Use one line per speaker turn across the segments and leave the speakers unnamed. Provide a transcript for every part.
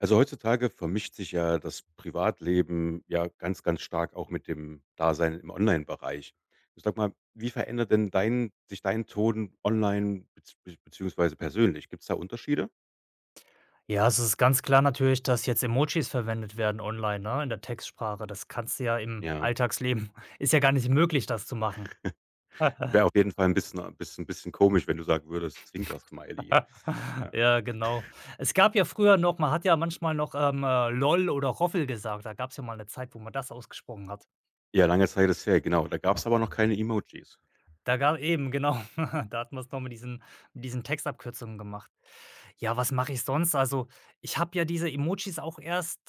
Also, heutzutage vermischt sich ja das Privatleben ja ganz, ganz stark auch mit dem Dasein im Online-Bereich. Ich sag mal, wie verändert denn dein sich dein Ton online beziehungsweise persönlich? Gibt's da Unterschiede?
Ja, es ist ganz klar natürlich, dass jetzt Emojis verwendet werden online, ne, in der Textsprache. Das kannst du ja im
Ja.
Alltagsleben ist ja gar nicht möglich, das zu machen.
Wäre auf jeden Fall ein bisschen komisch, wenn du sagen würdest, Zwinker-Smiley. Ja.
Ja, genau. Es gab ja früher noch man hat ja manchmal noch, LOL oder Roffel gesagt. Da gab es ja mal eine Zeit, wo man das ausgesprochen hat.
Ja, lange Zeit ist her, genau. Da gab es aber noch keine Emojis.
Da ga Eben, genau. Da hat man es noch mit diesen Textabkürzungen gemacht. Ja, was mache ich sonst? Also, ich habe ja diese Emojis auch erst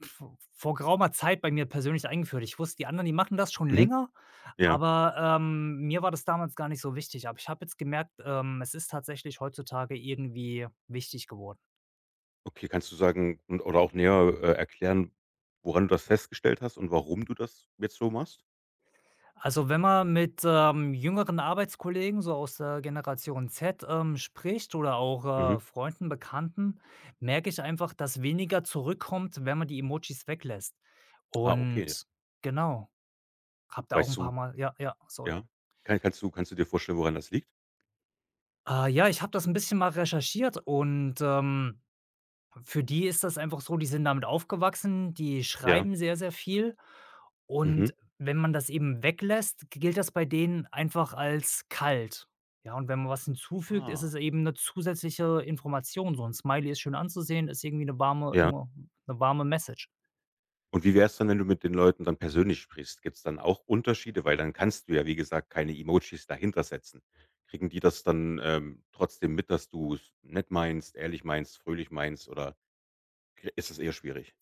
v vor geraumer Zeit bei mir persönlich eingeführt. Ich wusste, die anderen, die machen das schon
Mhm.
länger.
Ja.
Aber, mir war das damals gar nicht so wichtig, aber ich habe jetzt gemerkt, es ist tatsächlich heutzutage irgendwie wichtig geworden.
Okay, kannst du sagen und oder auch näher, erklären, woran du das festgestellt hast und warum du das jetzt so machst?
Also, wenn man mit, jüngeren Arbeitskollegen so aus der Generation Z, spricht oder
Mhm.
auch, Freunden, Bekannten, merke ich einfach, dass weniger zurückkommt, wenn man die Emojis weglässt.
Ah, okay.
Und genau, habe da auch
Weißt
ein paar
du.
Mal ja, ja, sorry.
Ja. Kannst du dir vorstellen, woran das liegt?
Ja, ich habe das ein bisschen mal recherchiert und, für die ist das einfach so, die sind damit aufgewachsen, die
Ja.
schreiben sehr, sehr viel,
Mhm.
und wenn man das eben weglässt, gilt das bei denen einfach als kalt. Ja, und wenn man was hinzufügt, ist es
Ah,
eben eine zusätzliche Information. So 'n Smiley ist schön anzusehen, ist irgendwie eine warme
ja.
eine warme Message.
Und wie wär's dann, wenn du mit den Leuten dann persönlich sprichst? Gibt's dann auch Unterschiede? Weil dann kannst du ja, wie gesagt, keine Emojis dahinter setzen. Kriegen die das dann, trotzdem mit, dass du's nett meinst, ehrlich meinst, fröhlich meinst oder k ist das eher schwierig?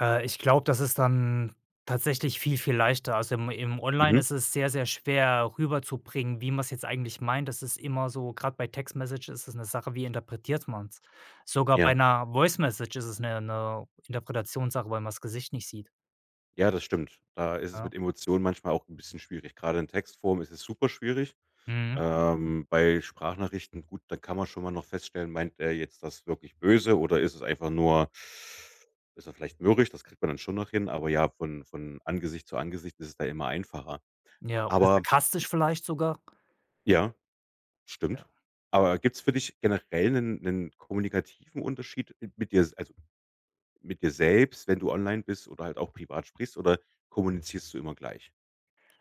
Ich glaube, das ist dann tatsächlich viel, viel leichter. Also, im Online
Mhm.
ist es sehr, sehr schwer rüberzubringen, wie man es jetzt eigentlich meint. Das ist immer so. Gerade bei Text Message ist es eine Sache, wie interpretiert man es. Sogar bei
Ja.
einer Voice Message ist es eine 'ne Interpretationssache, weil man das Gesicht nicht sieht,
Ja, das stimmt. Da ist es
ja.
mit Emotionen manchmal auch 'n bisschen schwierig. Grade in Textform ist es super schwierig.
Mhm.
Bei Sprachnachrichten, gut, da kann man schon mal noch feststellen, meint er jetzt das wirklich böse oder ist es einfach nur ist er vielleicht mürrisch, das kriegt man dann schon noch hin, aber ja, von Angesicht zu Angesicht ist es da immer einfacher.
Ja, oder
Aber
sarkastisch vielleicht sogar?
ja,
Ja.
stimmt. Aber gibt es für dich generell einen kommunikativen Unterschied mit dir, also mit dir selbst, wenn du online bist oder halt auch privat sprichst oder kommunizierst du immer gleich?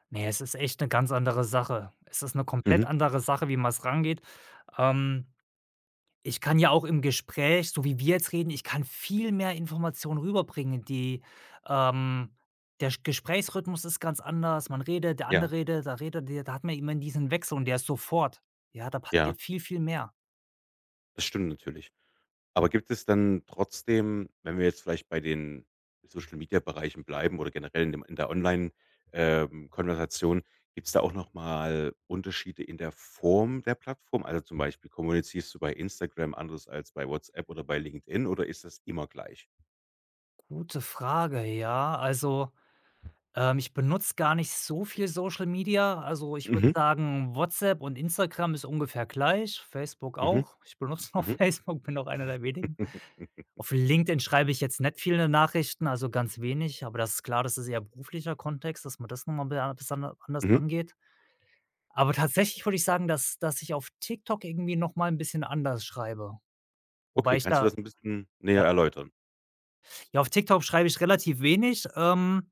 Ne, es ist echt eine ganz andere Sache. Es ist eine komplett
Mhm.
andere Sache, wie man es rangeht. Ähm Ich kann ja auch im Gespräch, so wie wir jetzt reden, ich kann viel mehr Informationen rüberbringen, die ähm, der Sch Gesprächsrhythmus ist ganz anders. Man redet, der
Ja,
andere redet, da redet der, da hat man immer diesen Wechsel und der ist sofort. Ja, da
ja,
passiert viel, viel mehr.
das stimmt natürlich. Aber gibt es dann trotzdem, wenn wir jetzt vielleicht bei den Social-Media-Bereichen bleiben oder generell in dem in der Online Konversation, gibt es da auch nochmal Unterschiede in der Form der Plattform? Also, zum Beispiel, kommunizierst du bei Instagram anders als bei WhatsApp oder bei LinkedIn oder ist das immer gleich?
Gute Frage, ja. Also, ich benutze gar nicht so viel Social Media. Also, ich würde
Mhm,
sagen, WhatsApp und Instagram ist ungefähr gleich, Facebook
mhm,
auch. Ich benutze noch
mhm,
Facebook, bin auch einer der wenigen. Auf LinkedIn schreibe ich jetzt nicht viele Nachrichten, also ganz wenig, aber das ist klar, das ist eher beruflicher Kontext, dass man das noch mal bea besonder anders
mhm.
angeht. Aber tatsächlich würde ich sagen, dass ich auf TikTok irgendwie noch mal 'n bisschen anders schreibe. Wobei
Okay,
ich
kannst du
da
das ein bisschen näher
ja,
erläutern?
ja, auf TikTok schreibe ich relativ wenig,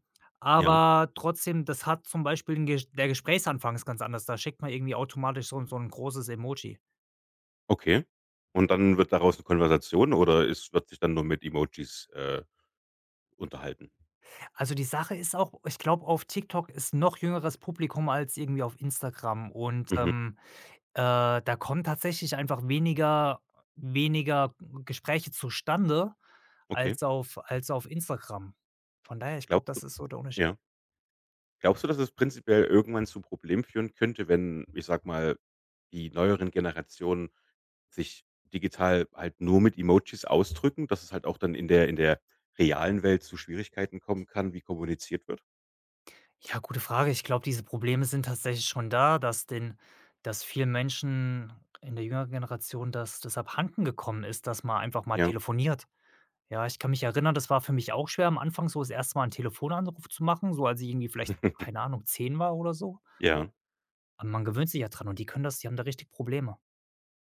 Ja,
aber trotzdem, das hat zum Beispiel 'n Ges der Gesprächsanfang ist ganz anders. Da schickt man irgendwie automatisch so 'n großes Emoji.
okay. Und dann wird daraus eine Konversation oder es wird sich dann nur mit Emojis, unterhalten?
Also, die Sache ist auch, ich glaube, auf TikTok ist noch jüngeres Publikum als irgendwie auf Instagram und,
Mhm,
da kommen tatsächlich einfach weniger Gespräche zustande
okay.
als auf Instagram. Von daher, ich glaube,
Glaubst du?
das ist so der Unterschied.
Ja. Glaubst du, dass es prinzipiell irgendwann zu Problemen führen könnte, wenn, ich sag mal, die neueren Generationen sich digital halt nur mit Emojis ausdrücken, dass es halt auch dann in der realen Welt zu Schwierigkeiten kommen kann, wie kommuniziert wird?
Ja, gute Frage. Ich glaube, diese Probleme sind tatsächlich schon da, dass vielen Menschen in der jüngeren Generation das abhanden gekommen ist, dass man einfach mal
Ja.
telefoniert. Ja, ich kann mich erinnern, das war für mich auch schwer am Anfang, so das 1. Mal 'n Telefonanruf zu machen, so als ich irgendwie vielleicht, keine Ahnung, 10 war oder so.
Ja.
Aber man gewöhnt sich ja dran, und die können das, die haben da richtig Probleme.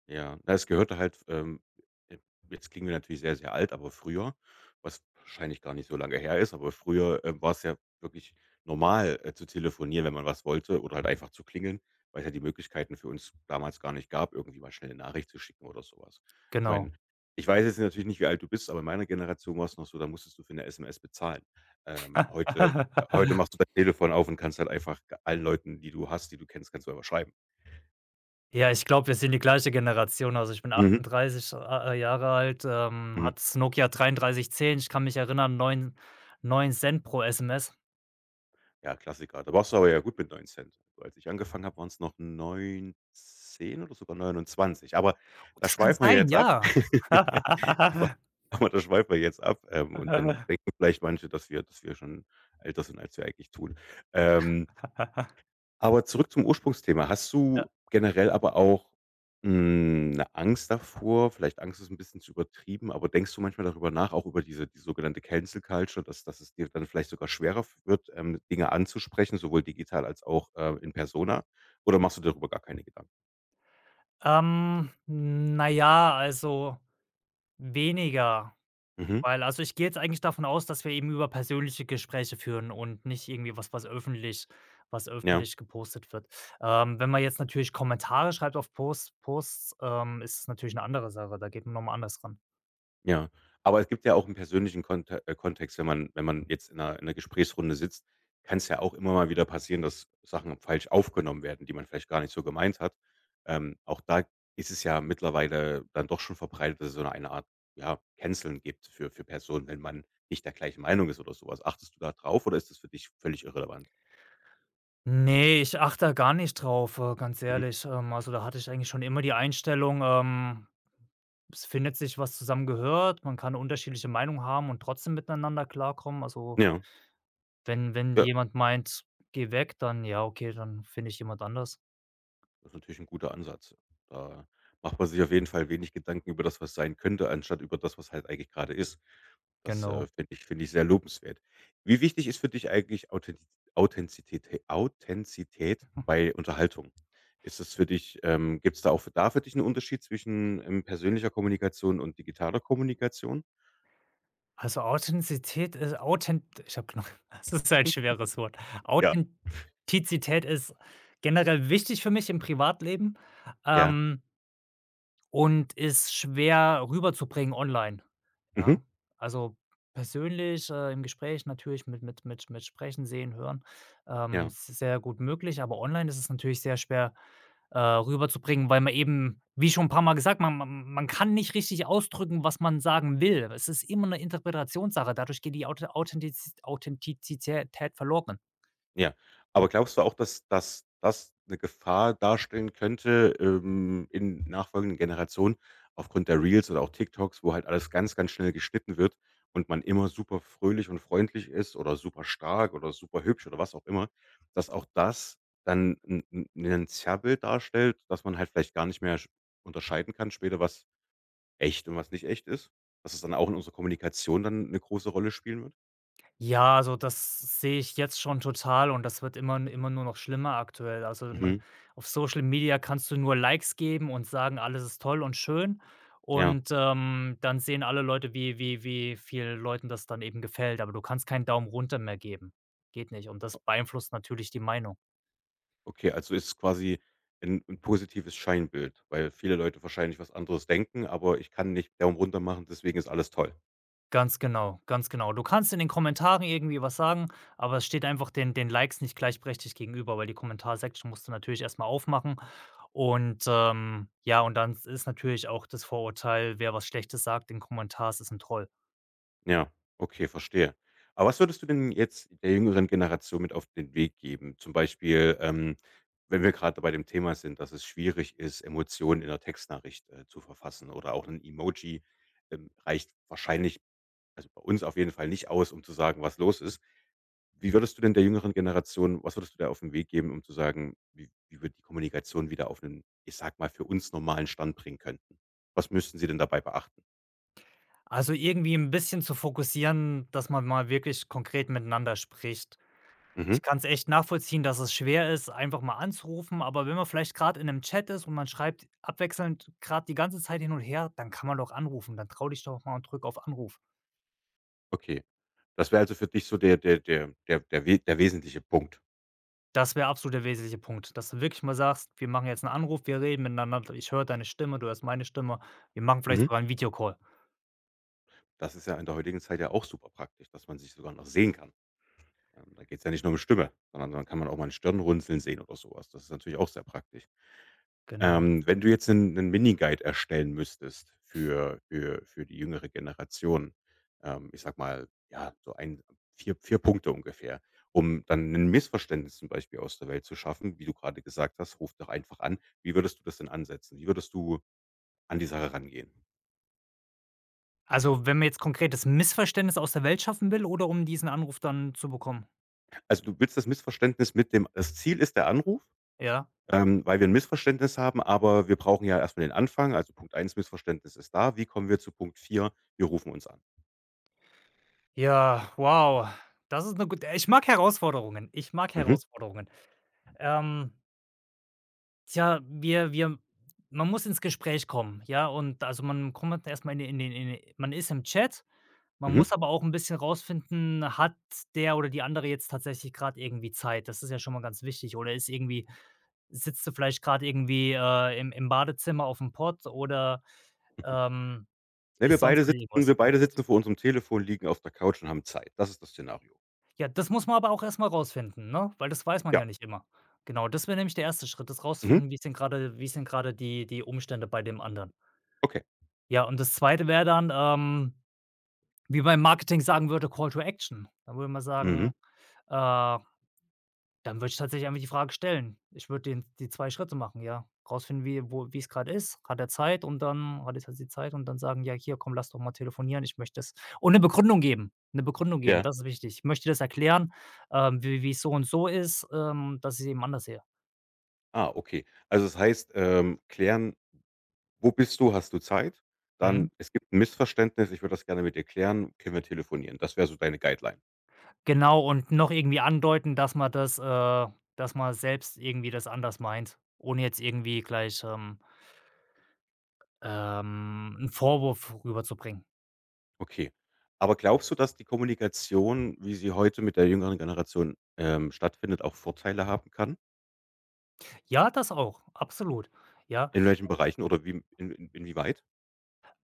Ja, na, es gehörte halt, äh, jetzt klingen wir natürlich sehr, sehr alt, aber früher, was wahrscheinlich gar nicht so lange her ist, aber früher, war es ja wirklich normal, zu telefonieren, wenn man was wollte oder halt einfach zu klingeln, weil es ja die Möglichkeiten für uns damals gar nicht gab, irgendwie mal schnell 'ne Nachricht zu schicken oder sowas. Ich
Genau.
meine, ich weiß jetzt natürlich nicht, wie alt du bist, aber in meiner Generation war es noch so, da musstest du für 'ne SMS bezahlen. Heute machst du dein Telefon auf und kannst halt einfach allen Leuten, die du hast, die du kennst, kannst du einfach schreiben.
Ja, ich glaube, wir sind die gleiche Generation. Also, ich bin
Mhm.
38 a Jahre alt,
Mhm.
hatte das Nokia 3310. Ich kann mich erinnern, neun 9 Cent pro SMS.
Ja, Klassiker. Da warst du aber ja gut mit 9. Also, als ich angefangen habe, waren es noch 19 oder sogar 29. Aber
Oh,
da
das kann
schweifen wir
sein,
jetzt ab.
ja.
Aber da schweifen wir jetzt ab, und dann denken vielleicht manche, dass wir schon älter sind, als wir eigentlich tun. Ähm aber zurück zum Ursprungsthema. Hast du generell aber auch, 'ne Angst davor? Vielleicht Angst ist 'n bisschen zu übertrieben, aber denkst du manchmal darüber nach, auch über die sogenannte Cancel Culture, dass es dir dann vielleicht sogar schwerer f wird, Dinge anzusprechen, sowohl digital als auch, in Persona? Oder machst du darüber gar keine Gedanken?
Na ja, also weniger.
Mhm,
Weil also, ich gehe jetzt eigentlich davon aus, dass wir eben über persönliche Gespräche führen und nicht irgendwie was, was öffentlich was
ja.
öffentlich gepostet wird. Wenn man jetzt natürlich Kommentare schreibt auf Posts, ist es natürlich eine andere Sache, da geht man nochmal anders ran.
Ja, aber es gibt ja auch 'n persönlichen Kontext, wenn man jetzt in 'ner Gesprächsrunde sitzt, kann's ja auch immer mal wieder passieren, dass Sachen falsch aufgenommen werden, die man vielleicht gar nicht so gemeint hat. Auch da ist es ja mittlerweile dann doch schon verbreitet, dass es so eine Art, ja, Canceln gibt für Personen, wenn man nicht der gleichen Meinung ist oder so was. Achtest du da drauf oder ist das für dich völlig irrelevant?
Ne, ich achte da gar nicht drauf, ganz
Mhm.
ehrlich. Also, da hatte ich eigentlich schon immer die Einstellung, es findet sich, was zusammengehört. Man kann unterschiedliche Meinungen haben und trotzdem miteinander klarkommen. Also,
Ja,
wenn
ja,
jemand meint: „Geh weg", dann ja, okay, dann finde ich jemand anders.
das ist natürlich 'n guter Ansatz. Da macht man sich auf jeden Fall wenig Gedanken über das, was sein könnte, anstatt über das, was halt eigentlich grade ist. Das,
Genau.
finde ich sehr lobenswert. Wie wichtig ist für dich eigentlich Authentizität bei Unterhaltung? Ist es für dich, gibt es da auch für dich einen Unterschied zwischen, persönlicher Kommunikation und digitaler Kommunikation?
Also, Authentizität ist Authent ich habe genug das ist ein schweres Wort.
Ja.
Authentizität ist generell wichtig für mich im Privatleben,
Ja.
ähm, und ist schwer rüberzubringen online. Ja,
Mhm.
also persönlich, im Gespräch natürlich mit Sprechen, Sehen, Hören,
Ja.
s sehr gut möglich, aber online ist es natürlich sehr schwer rüberzubringen, weil man eben, wie schon ein paar Mal gesagt, man kann nicht richtig ausdrücken, was man sagen will. Es ist immer eine Interpretationssache, dadurch geht die Authentizität verloren.
Ja. Aber glaubst du auch, dass das eine Gefahr darstellen könnte, in nachfolgenden Generationen aufgrund der Reels oder auch TikToks, wo halt alles ganz, ganz schnell geschnitten wird und man immer super fröhlich und freundlich ist oder super stark oder super hübsch oder was auch immer, dass auch das dann ein 'n 'nen Zerrbild darstellt, dass man halt vielleicht gar nicht mehr sch unterscheiden kann später, was echt und was nicht echt ist? Dass es dann auch in unserer Kommunikation dann eine große Rolle spielen wird?
Ja, also das sehe ich jetzt schon total, und das wird immer nur noch schlimmer aktuell. Also, man
Mhm.
auf Social Media kannst du nur Likes geben und sagen, alles ist toll und schön,
Ja.
und, dann sehen alle Leute, wie viel Leuten das dann eben gefällt, aber du kannst keinen Daumen runter mehr geben. Geht nicht, und das beeinflusst natürlich die Meinung.
Okay, also ist es quasi ein 'n positives Scheinbild, weil viele Leute wahrscheinlich was anderes denken, aber ich kann nicht Daumen runter machen, deswegen ist alles toll.
Ganz genau, ganz genau. Du kannst in den Kommentaren irgendwie was sagen, aber es steht einfach den Likes nicht gleichberechtigt gegenüber, weil die Kommentarsektion musst du natürlich erst mal aufmachen, und, ja, und dann ist natürlich auch das Vorurteil, wer was Schlechtes sagt in Kommentars, ist ein Troll.
Ja, okay, verstehe. Aber was würdest du denn jetzt der jüngeren Generation mit auf den Weg geben? Zum Beispiel, wenn wir gerade bei dem Thema sind, dass es schwierig ist, Emotionen in der Textnachricht, zu verfassen oder auch ein Emoji, reicht wahrscheinlich also bei uns auf jeden Fall nicht aus, um zu sagen, was los ist. Wie würdest du denn der jüngeren Generation, was würdest du der auf den Weg geben, um zu sagen, wie wir die Kommunikation wieder auf einen, ich sag mal, für uns normalen Stand bringen könnten? Was müssten sie denn dabei beachten?
Also, irgendwie ein bisschen zu fokussieren, dass man mal wirklich konkret miteinander spricht.
Mhm,
Ich kann es echt nachvollziehen, dass es schwer ist, einfach mal anzurufen, aber wenn man vielleicht gerade in 'nem Chat ist und man schreibt abwechselnd gerade die ganze Zeit hin und her, dann kann man doch anrufen. Dann trau dich doch mal und drück auf Anruf.
okay. Das wäre also für dich so der wesentliche Punkt.
Das wäre absolut der wesentliche Punkt, dass du wirklich mal sagst: „Wir machen jetzt 'n Anruf, wir reden miteinander. Ich höre deine Stimme, du hörst meine Stimme. Wir machen vielleicht
Mhm.
sogar 'n Videocall."
Das ist ja in der heutigen Zeit ja auch super praktisch, dass man sich sogar noch sehen kann. Da geht es ja nicht nur um Stimme, sondern dann kann man auch mal 'n Stirnrunzeln sehen oder sowas. Das ist natürlich auch sehr praktisch.
Genau.
Wenn du jetzt einen 'nen Mini-Guide erstellen müsstest für die jüngere Generation, ich sag mal, ja, so ein vier Punkte ungefähr, um dann ein Missverständnis zum Beispiel aus der Welt zu schaffen, wie du gerade gesagt hast: „Ruf doch einfach an." Wie würdest du das denn ansetzen? Wie würdest du an die Sache rangehen?
Also, wenn man jetzt konkret das Missverständnis aus der Welt schaffen will oder um diesen Anruf dann zu bekommen?
Also, du willst das Missverständnis mit dem, das Ziel ist der Anruf,
Ja?
weil wir ein Missverständnis haben, aber wir brauchen ja erst mal den Anfang. Also, Punkt eins: Missverständnis ist da. Wie kommen wir zu Punkt 4? Wir rufen uns an.
Ja, wow. Das ist 'ne, ich mag Herausforderungen. Ich mag
Mhm,
Herausforderungen. Ähm, Tja, wir wir man muss ins Gespräch kommen, ja? Und also, man kommt erst mal in den in den in den man ist im Chat. Man
mhm.
muss aber auch 'n bisschen rausfinden, hat der oder die andere jetzt tatsächlich grad irgendwie Zeit? Das ist ja schon mal ganz wichtig. Oder ist irgendwie sitzt du vielleicht grad irgendwie, im Badezimmer aufm Pott oder, ähm,
Ne,
ist sonst grad irgendwas?
wir beide sitzen vor unserem Telefon, liegen auf der Couch und haben Zeit. Das ist das Szenario.
Ja, das muss man aber auch erst mal rausfinden, ne? Weil das weiß man ja
Ja.
nicht immer. Genau, das wäre nämlich der erste Schritt, das
Mhm.
rausfinden, wie sind grade die Umstände bei dem anderen.
Okay.
Ja, und das Zweite wäre dann, wie man im Marketing sagen würde, Call to Action. Da würde man
Mhm.
sagen, äh dann würde ich tatsächlich einfach die Frage stellen. Ich würde den die 2 Schritte machen, ja. Rausfinden, wie es grad ist. Hat er Zeit? Und dann hat jetzt halt sie Zeit, und dann sagen: „Ja, hier, komm, lass doch mal telefonieren, ich möchte das", und 'ne Begründung geben, 'ne Begründung geben,
Ja.
das ist wichtig. Ich möchte das erklären, wie's so und so ist, dass ich's eben anders sehe.
Ah, okay. Also, das heißt, klären: „Wo bist du? Hast du Zeit?"
Mhm.
Dann: „Es gibt ein Missverständnis, ich würde das gerne mit dir klären. Können wir telefonieren?" Das wäre so deine Guideline.
Genau, und noch irgendwie andeuten, dass man selbst irgendwie das anders meint, ohne jetzt irgendwie gleich, 'n Vorwurf rüberzubringen.
Okay. Aber glaubst du, dass die Kommunikation, wie sie heute mit der jüngeren Generation, stattfindet, auch Vorteile haben kann?
Ja, das auch, absolut. Ja.
In welchen Bereichen oder wie in inwieweit?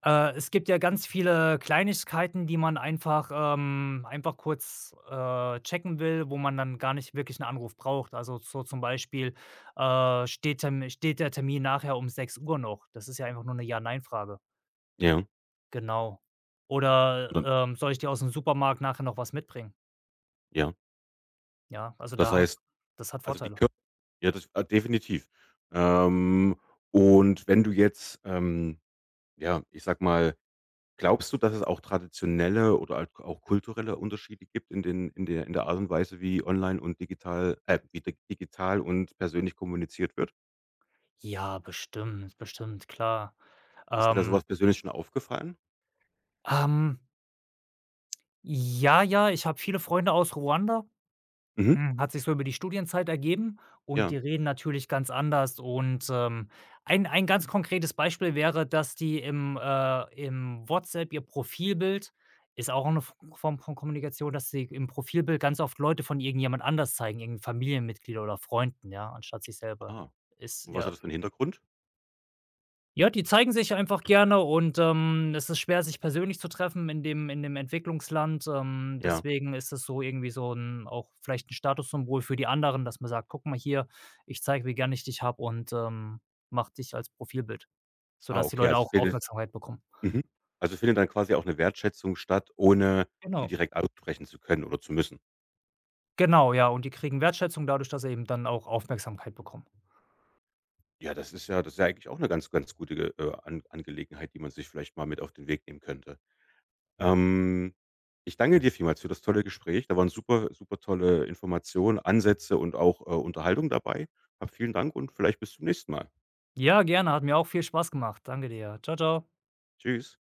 Es gibt ja ganz viele Kleinigkeiten, die man einfach einfach kurz, checken will, wo man dann gar nicht wirklich einen Anruf braucht. Also, so zum Beispiel, steht der Termin nachher um sechs Uhr noch? Das ist ja einfach nur eine Ja-Nein-Frage.
Ja.
Genau. Oder:
Und
„Soll ich dir aus dem Supermarkt nachher noch was mitbringen?"
ja.
Ja, also
Das
da
heißt,
das hat
also, die
Vorteile.
Ja, das, definitiv. Ähm, und wenn du jetzt, ja, ich sag mal, glaubst du, dass es auch traditionelle oder halt auch kulturelle Unterschiede gibt in den in der Art und Weise, wie online und digital, wie dig digital und persönlich kommuniziert wird?
Ja, bestimmt, bestimmt, klar.
Ist dir da
Ähm,
sowas persönlich schon aufgefallen?
ähm, ja, ja, ich habe viele Freunde aus Ruanda.
Mhm.
Hat sich so über die Studienzeit ergeben, und die
Ja.
reden natürlich ganz anders, und, ein ganz konkretes Beispiel wäre, dass die im WhatsApp ihr Profilbild ist auch eine F Form von Kommunikation, dass sie im Profilbild ganz oft Leute von irgendjemand anders zeigen, irgend 'n Familienmitglied oder Freunden, ja, anstatt sich selber.
Ah.
Ist
Und was
ja
hat das für einen Hintergrund?
Ja, die zeigen sich einfach gerne, und, es ist schwer, sich persönlich zu treffen in dem Entwicklungsland.
Ja.
Deswegen ist es so irgendwie so 'n auch vielleicht ein Statussymbol für die anderen, dass man sagt: „Guck mal hier, ich zeige, wie gern ich dich habe und, mache dich als Profilbild",
Ah,
sodass die
okay,
Leute
also
auch
findet
Aufmerksamkeit bekommen.
mhm. Also findet dann quasi auch eine Wertschätzung statt, ohne sie
Genau.
direkt aussprechen zu können oder zu müssen?
Genau, ja, und die kriegen Wertschätzung dadurch, dass sie eben dann auch Aufmerksamkeit bekommen.
Ja, das ist ja eigentlich auch eine ganz, ganz gute Ge An Angelegenheit, die man sich vielleicht mal mit auf den Weg nehmen könnte. Ähm, Ich danke dir vielmals für das tolle Gespräch. Da waren super super tolle Informationen, Ansätze und auch, Unterhaltung dabei. Hab vielen Dank und vielleicht bis zum nächsten Mal.
Ja, gerne, hat mir auch viel Spaß gemacht. Danke dir. Ciao ciao.
Tschüss.